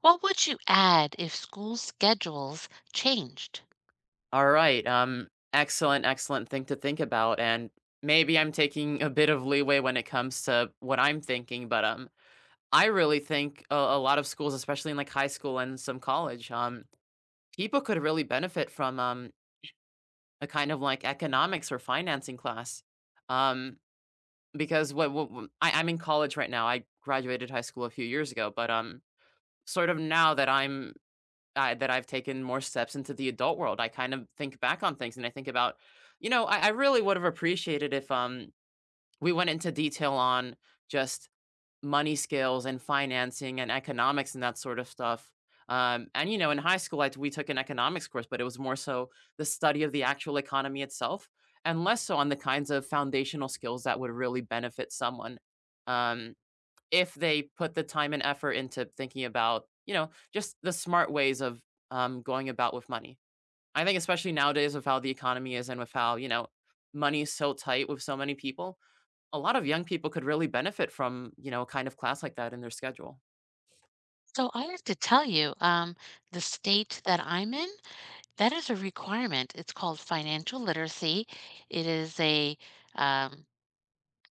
What would you add if school schedules changed? All right. Excellent, excellent thing to think about. And maybe I'm taking a bit of leeway when it comes to what I'm thinking, but I really think a lot of schools, especially in like high school and some college, people could really benefit from a kind of like economics or financing class. Um, because I'm in college right now. I graduated high school a few years ago, but sort of now that I'm I that I've taken more steps into the adult world. I kind of think back on things and I think about, you know, I really would have appreciated if we went into detail on just money skills and financing and economics and that sort of stuff. And you know, in high school, we took an economics course, but it was more so the study of the actual economy itself, and less so on the kinds of foundational skills that would really benefit someone. Um, if they put the time and effort into thinking about, you know, just the smart ways of going about with money. I think especially nowadays with how the economy is and with how, you know, money is so tight with so many people, a lot of young people could really benefit from, you know, a kind of class like that in their schedule. So I have to tell you, the state that I'm in, that is a requirement. It's called financial literacy. It is a um,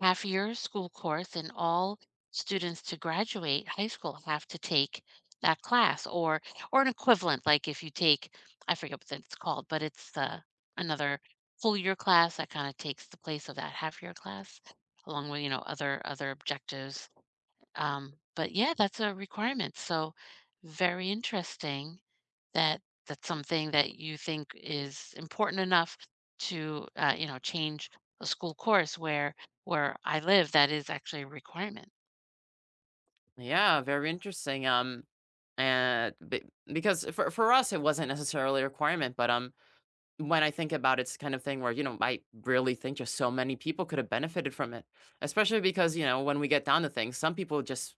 half-year school course, and all students to graduate high school have to take that class or an equivalent. Like if you take, I forget what it's called, but it's another full year class that kind of takes the place of that half year class, along with you know other objectives. But yeah, that's a requirement. So very interesting that that's something that you think is important enough to you know change a school course where I live that is actually a requirement. Yeah, very interesting. And because for us, it wasn't necessarily a requirement, but when I think about it, it's the kind of thing where, you know, I really think just so many people could have benefited from it, especially because, you know, when we get down to things, some people just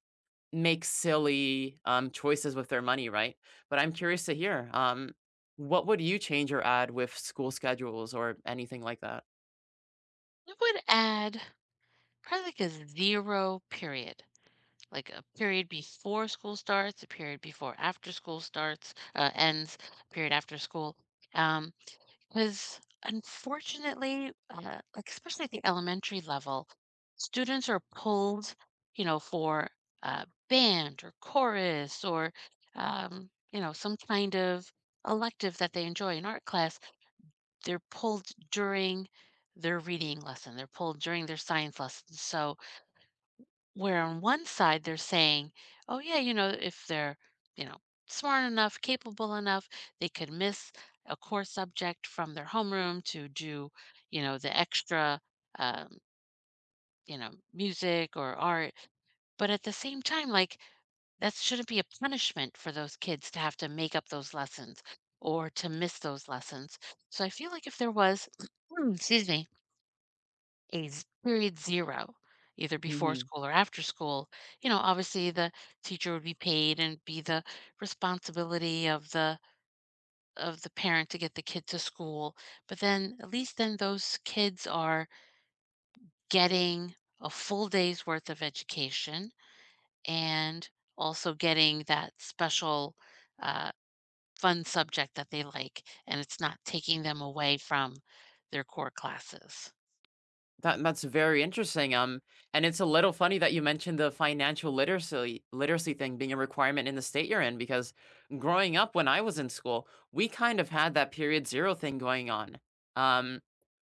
make silly choices with their money, right? But I'm curious to hear, what would you change or add with school schedules or anything like that? I would add probably like a zero period, like a period before school starts, a period before after school starts, ends, period after school. Um, because unfortunately, like especially at the elementary level, students are pulled, you know, for band or chorus or, you know, some kind of elective that they enjoy in art class. They're pulled during their reading lesson. They're pulled during their science lesson. So where on one side they're saying, oh, yeah, you know, if they're, you know, smart enough, capable enough, they could miss a core subject from their homeroom to do, you know, the extra, um, you know, music or art. But at the same time, like, that shouldn't be a punishment for those kids to have to make up those lessons or to miss those lessons. So I feel like if there was, excuse me, is period zero, either before school or after school. You know, obviously the teacher would be paid and be the responsibility of the parent to get the kid to school. But then at least then those kids are getting a full day's worth of education and also getting that special uh, fun subject that they like, and it's not taking them away from their core classes. That's very interesting. And it's a little funny that you mentioned the financial literacy thing being a requirement in the state you're in, because growing up when I was in school, we kind of had that period zero thing going on. Um,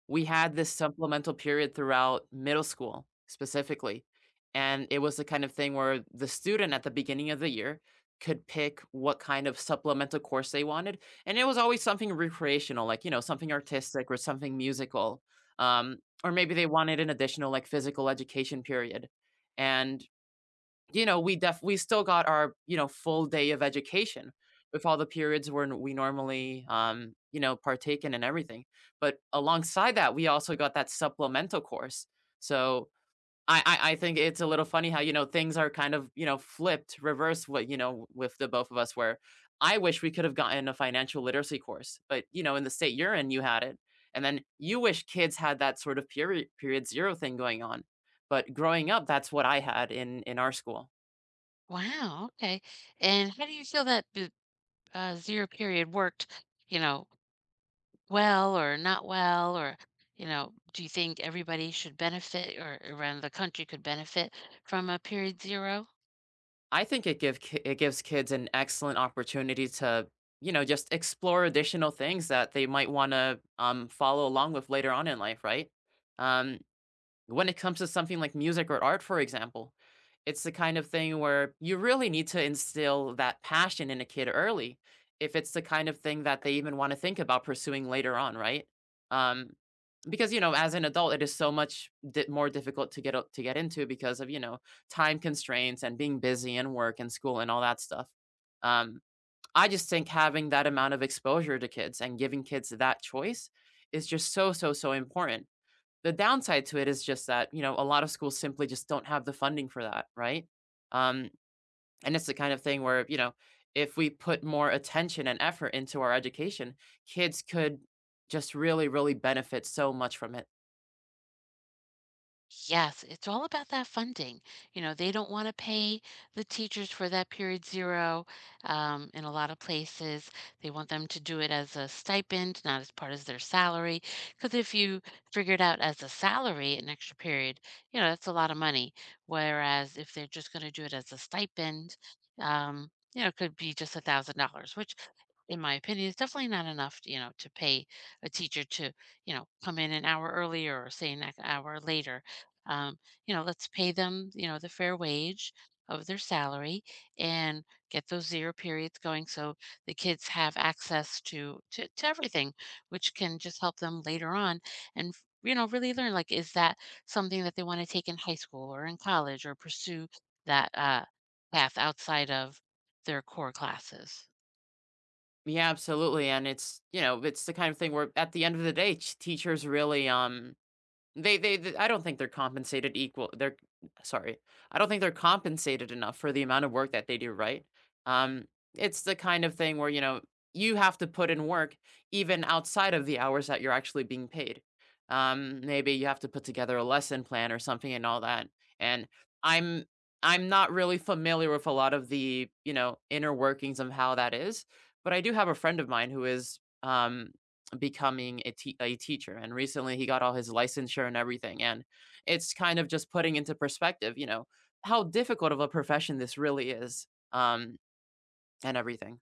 we had this supplemental period throughout middle school specifically, and it was the kind of thing where the student at the beginning of the year could pick what kind of supplemental course they wanted, and it was always something recreational, like you know something artistic or something musical. Um, or maybe they wanted an additional, like, physical education period, and, you know, we still got our, you know, full day of education with all the periods where we normally, you know, partake in and everything, but alongside that, we also got that supplemental course, so I think it's a little funny how you know things are kind of you know flipped, reverse what you know with the both of us. Where I wish we could have gotten a financial literacy course, but you know in the state you're in, you had it, and then you wish kids had that sort of period zero thing going on. But growing up, that's what I had in our school. Wow. Okay. And how do you feel that zero period worked, you know, well or not well, or, you know, do you think everybody should benefit or around the country could benefit from a period zero? I think it gives kids an excellent opportunity to you know just explore additional things that they might want to follow along with later on in life, right? Um, when it comes to something like music or art, for example, it's the kind of thing where you really need to instill that passion in a kid early if it's the kind of thing that they even want to think about pursuing later on, right? Um, because you know, as an adult, it is so much more difficult to get to get into because of you know time constraints and being busy and work and school and all that stuff. Um, I just think having that amount of exposure to kids and giving kids that choice is just so so so important the downside to it is just that, you know, a lot of schools simply just don't have the funding for that, right? Um, and it's the kind of thing where, you know, if we put more attention and effort into our education, kids could just really, really benefit so much from it. Yes, it's all about that funding. You know, they don't want to pay the teachers for that period zero in a lot of places. They want them to do it as a stipend, not as part of their salary. Because if you figure it out as a salary, an extra period, you know, that's a lot of money. Whereas if they're just going to do it as a stipend, you know, it could be just $1,000, which in my opinion, is definitely not enough, you know, to pay a teacher to, you know, come in an hour earlier or say an hour later um, you know, let's pay them, you know, the fair wage of their salary and get those zero periods going so the kids have access to everything, which can just help them later on and you know really learn like is that something that they want to take in high school or in college or pursue that path outside of their core classes. Yeah, absolutely. And it's, you know, it's the kind of thing where at the end of the day, teachers really they th I don't think they're compensated equal they're sorry. I don't think they're compensated enough for the amount of work that they do, right? Um, it's the kind of thing where, you know, you have to put in work even outside of the hours that you're actually being paid. Maybe you have to put together a lesson plan or something and all that, and I'm I'm not really familiar with a lot of the, you know, inner workings of how that is, but I do have a friend of mine who is, becoming a teacher, and recently he got all his licensure and everything, and it's kind of just putting into perspective, you know, how difficult of a profession this really is, and everything.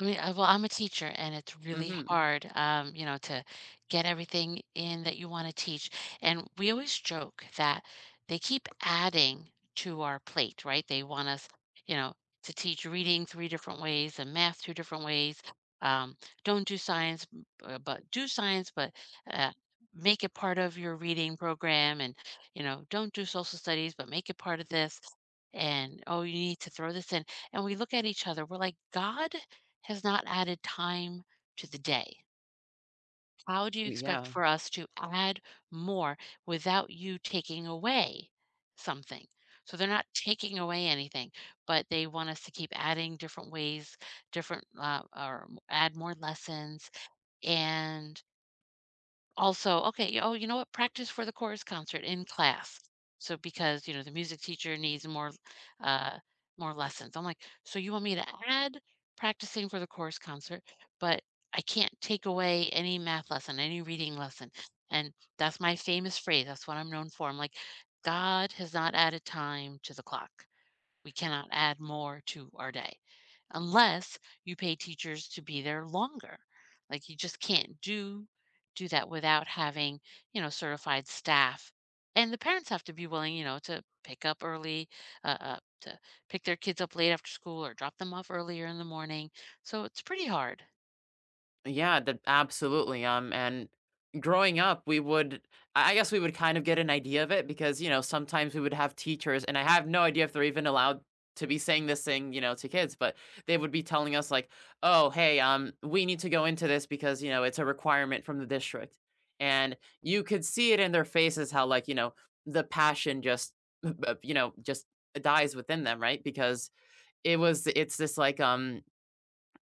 I mean, I well, I'm a teacher, and it's really Mhm. hard, you know, to get everything in that you wanna teach, and we always joke that they keep adding to our plate, right? They want us, you know, to teach reading 3 different ways and math 2 different ways. Um, don't do science, b but do science, but, uh, make it part of your reading program, and, you know, don't do social studies, but make it part of this, and, "Oh, you need to throw this in," and we look at each other, we're like, "God?" has not added time to the day. How do you expect Yeah. for us to add more without you taking away something? So they're not taking away anything, but they want us to keep adding different ways, different or add more lessons and also, okay, oh, you know what? Practice for the chorus concert in class. So because, you know, the music teacher needs uh more lessons. I'm like, so you want me to add practicing for the chorus concert, but I can't take away any math lesson, any reading lesson. And that's my famous phrase. That's what I'm known for. I'm like, God has not added time to the clock. We cannot add more to our day unless you pay teachers to be there longer. Like you just can't do that without having, you know, certified staff. And the parents have to be willing, you know, to pick up early, to pick their kids up late after school or drop them off earlier in the morning. So it's pretty hard. Yeah, that absolutely, and growing up, we would I guess we would kind of get an idea of it because, you know, sometimes we would have teachers, and I have no idea if they're even allowed to be saying this thing, you know, to kids, but they would be telling us like, "Oh, hey, we need to go into this because, you know, it's a requirement from the district." And you could see it in their faces how like, you know, the passion just, you know, just dies within them, right? Because it's this like,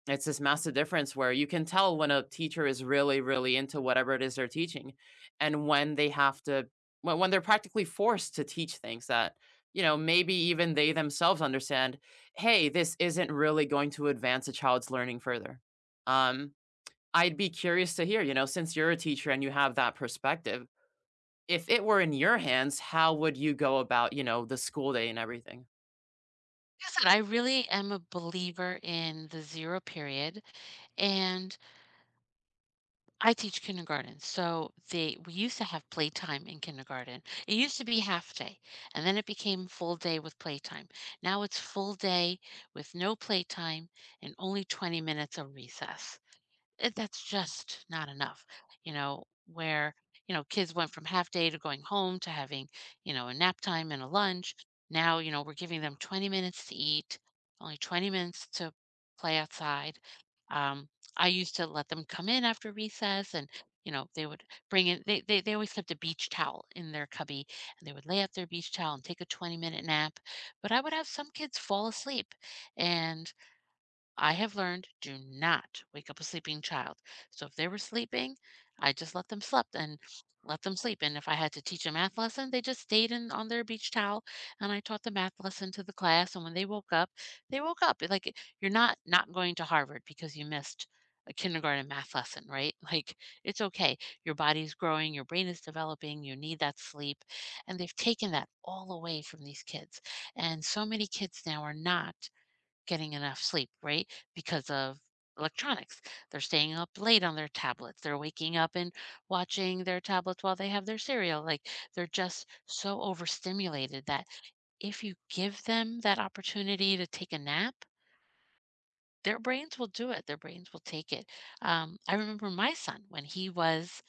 it's this massive difference where you can tell when a teacher is really, really into whatever it is they're teaching, and when they have to when they're practically forced to teach things that, you know, maybe even they themselves understand, "Hey, this isn't really going to advance a child's learning further." Um, I'd be curious to hear, you know, since you're a teacher and you have that perspective, if it were in your hands, how would you go about, you know, the school day and everything? Like I said, I really am a believer in the zero period. And I teach kindergarten, so they we used to have playtime in kindergarten. It used to be half day, and then it became full day with playtime. Now it's full day with no playtime and only 20 minutes of recess it, that's just not enough, you know, where, you know, kids went from half day to going home to having, you know, a nap time and a lunch. Now, you know, we're giving them 20 minutes to eat, only 20 minutes to play outside. Um, I used to let them come in after recess and, you know, they would bring in, they always kept a beach towel in their cubby and they would lay out their beach towel and take a 20-minute nap. But I would have some kids fall asleep and I have learned do not wake up a sleeping child. So if they were sleeping, I just let them slept and let them sleep. And if I had to teach a math lesson, they just stayed in on their beach towel and I taught the math lesson to the class. And when they woke up, they woke up. Like you're not going to Harvard because you missed a kindergarten math lesson, right? Like it's okay. Your body's growing, your brain is developing, you need that sleep. And they've taken that all away from these kids. And so many kids now are not getting enough sleep, right? Because of electronics. They're staying up late on their tablets. They're waking up and watching their tablets while they have their cereal. Like they're just so overstimulated that if you give them that opportunity to take a nap, their brains will do it. Their brains will take it. I remember my son when he was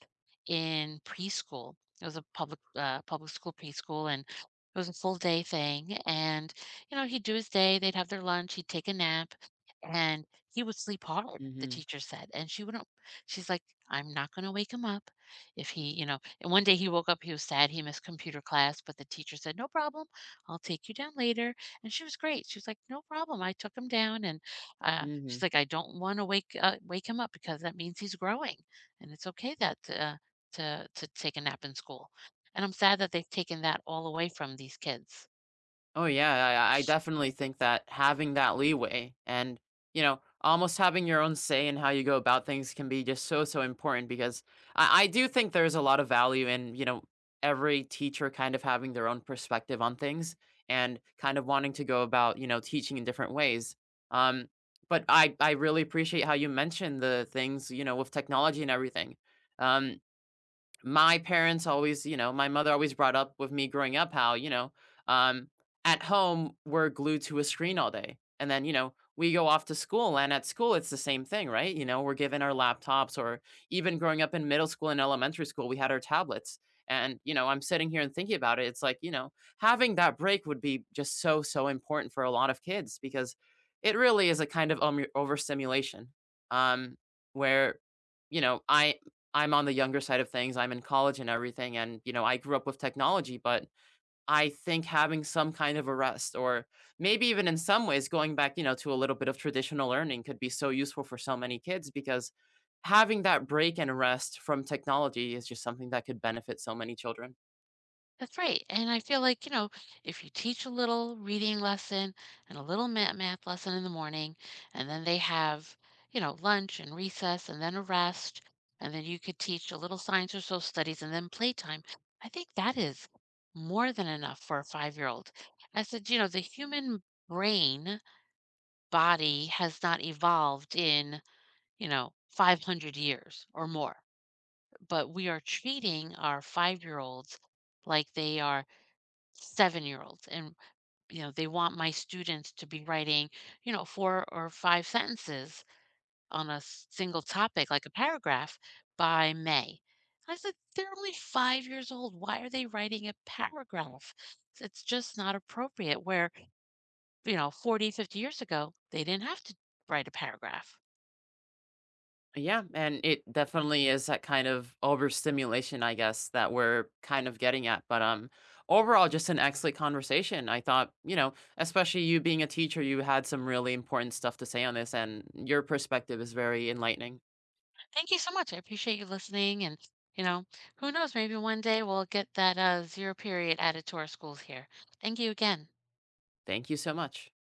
in preschool. It was a public school preschool, and it was a full day thing. And you know, he'd do his day. They'd have their lunch. He'd take a nap, and he would sleep hard. The Mhm, teacher said, and she wouldn't. She's like, I'm not going to wake him up if he, you know. And one day he woke up. He was sad. He missed computer class, but the teacher said, "No problem. I'll take you down later." And she was great. She was like, "No problem." I took him down, and mhm. she's like, I don't want to wake him up because that means he's growing, and it's okay that to take a nap in school. And I'm sad that they've taken that all away from these kids. Oh yeah, I definitely think that having that leeway and you know almost having your own say in how you go about things can be just so so important because I do think there's a lot of value in you know every teacher kind of having their own perspective on things and kind of wanting to go about you know teaching in different ways. Um, but I really appreciate how you mentioned the things you know with technology and everything. Um, my parents always, you know, my mother always brought up with me growing up how, you know, um, at home we're glued to a screen all day. And then, you know, we go off to school and at school it's the same thing, right? You know, we're given our laptops or even growing up in middle school and elementary school, we had our tablets. And, you know, I'm sitting here and thinking about it. It's like, you know, having that break would be just so, so important for a lot of kids because it really is a kind of overstimulation um, where you know i I'm on the younger side of things. I'm in college and everything. And, you know, I grew up with technology, but I think having some kind of a rest or maybe even in some ways going back, you know, to a little bit of traditional learning could be so useful for so many kids because having that break and rest from technology is just something that could benefit so many children. That's right. And I feel like, you know, if you teach a little reading lesson and a little math lesson in the morning, and then they have, you know, lunch and recess and then a rest, and then you could teach a little science or social studies and then playtime, I think that is more than enough for a five-year-old. I said, you know, the human brain body has not evolved in you know, 500 years or more. But we are treating our five-year-olds like they are seven-year-olds. And, you know, they want my students to be writing, you know, 4 or 5 sentences on a single topic, like a paragraph by May. I said, they're only five years old. Why are they writing a paragraph? It's just not appropriate. Where, you know, 40, 50 years ago, they didn't have to write a paragraph. Yeah, and it definitely is that kind of overstimulation, I guess, that we're kind of getting at. But overall, just an excellent conversation. I thought, you know, especially you being a teacher, you had some really important stuff to say on this, and your perspective is very enlightening. Thank you so much. I appreciate you listening. And, you know, who knows, maybe one day we'll get that zero period added to our schools here. Thank you again. Thank you so much.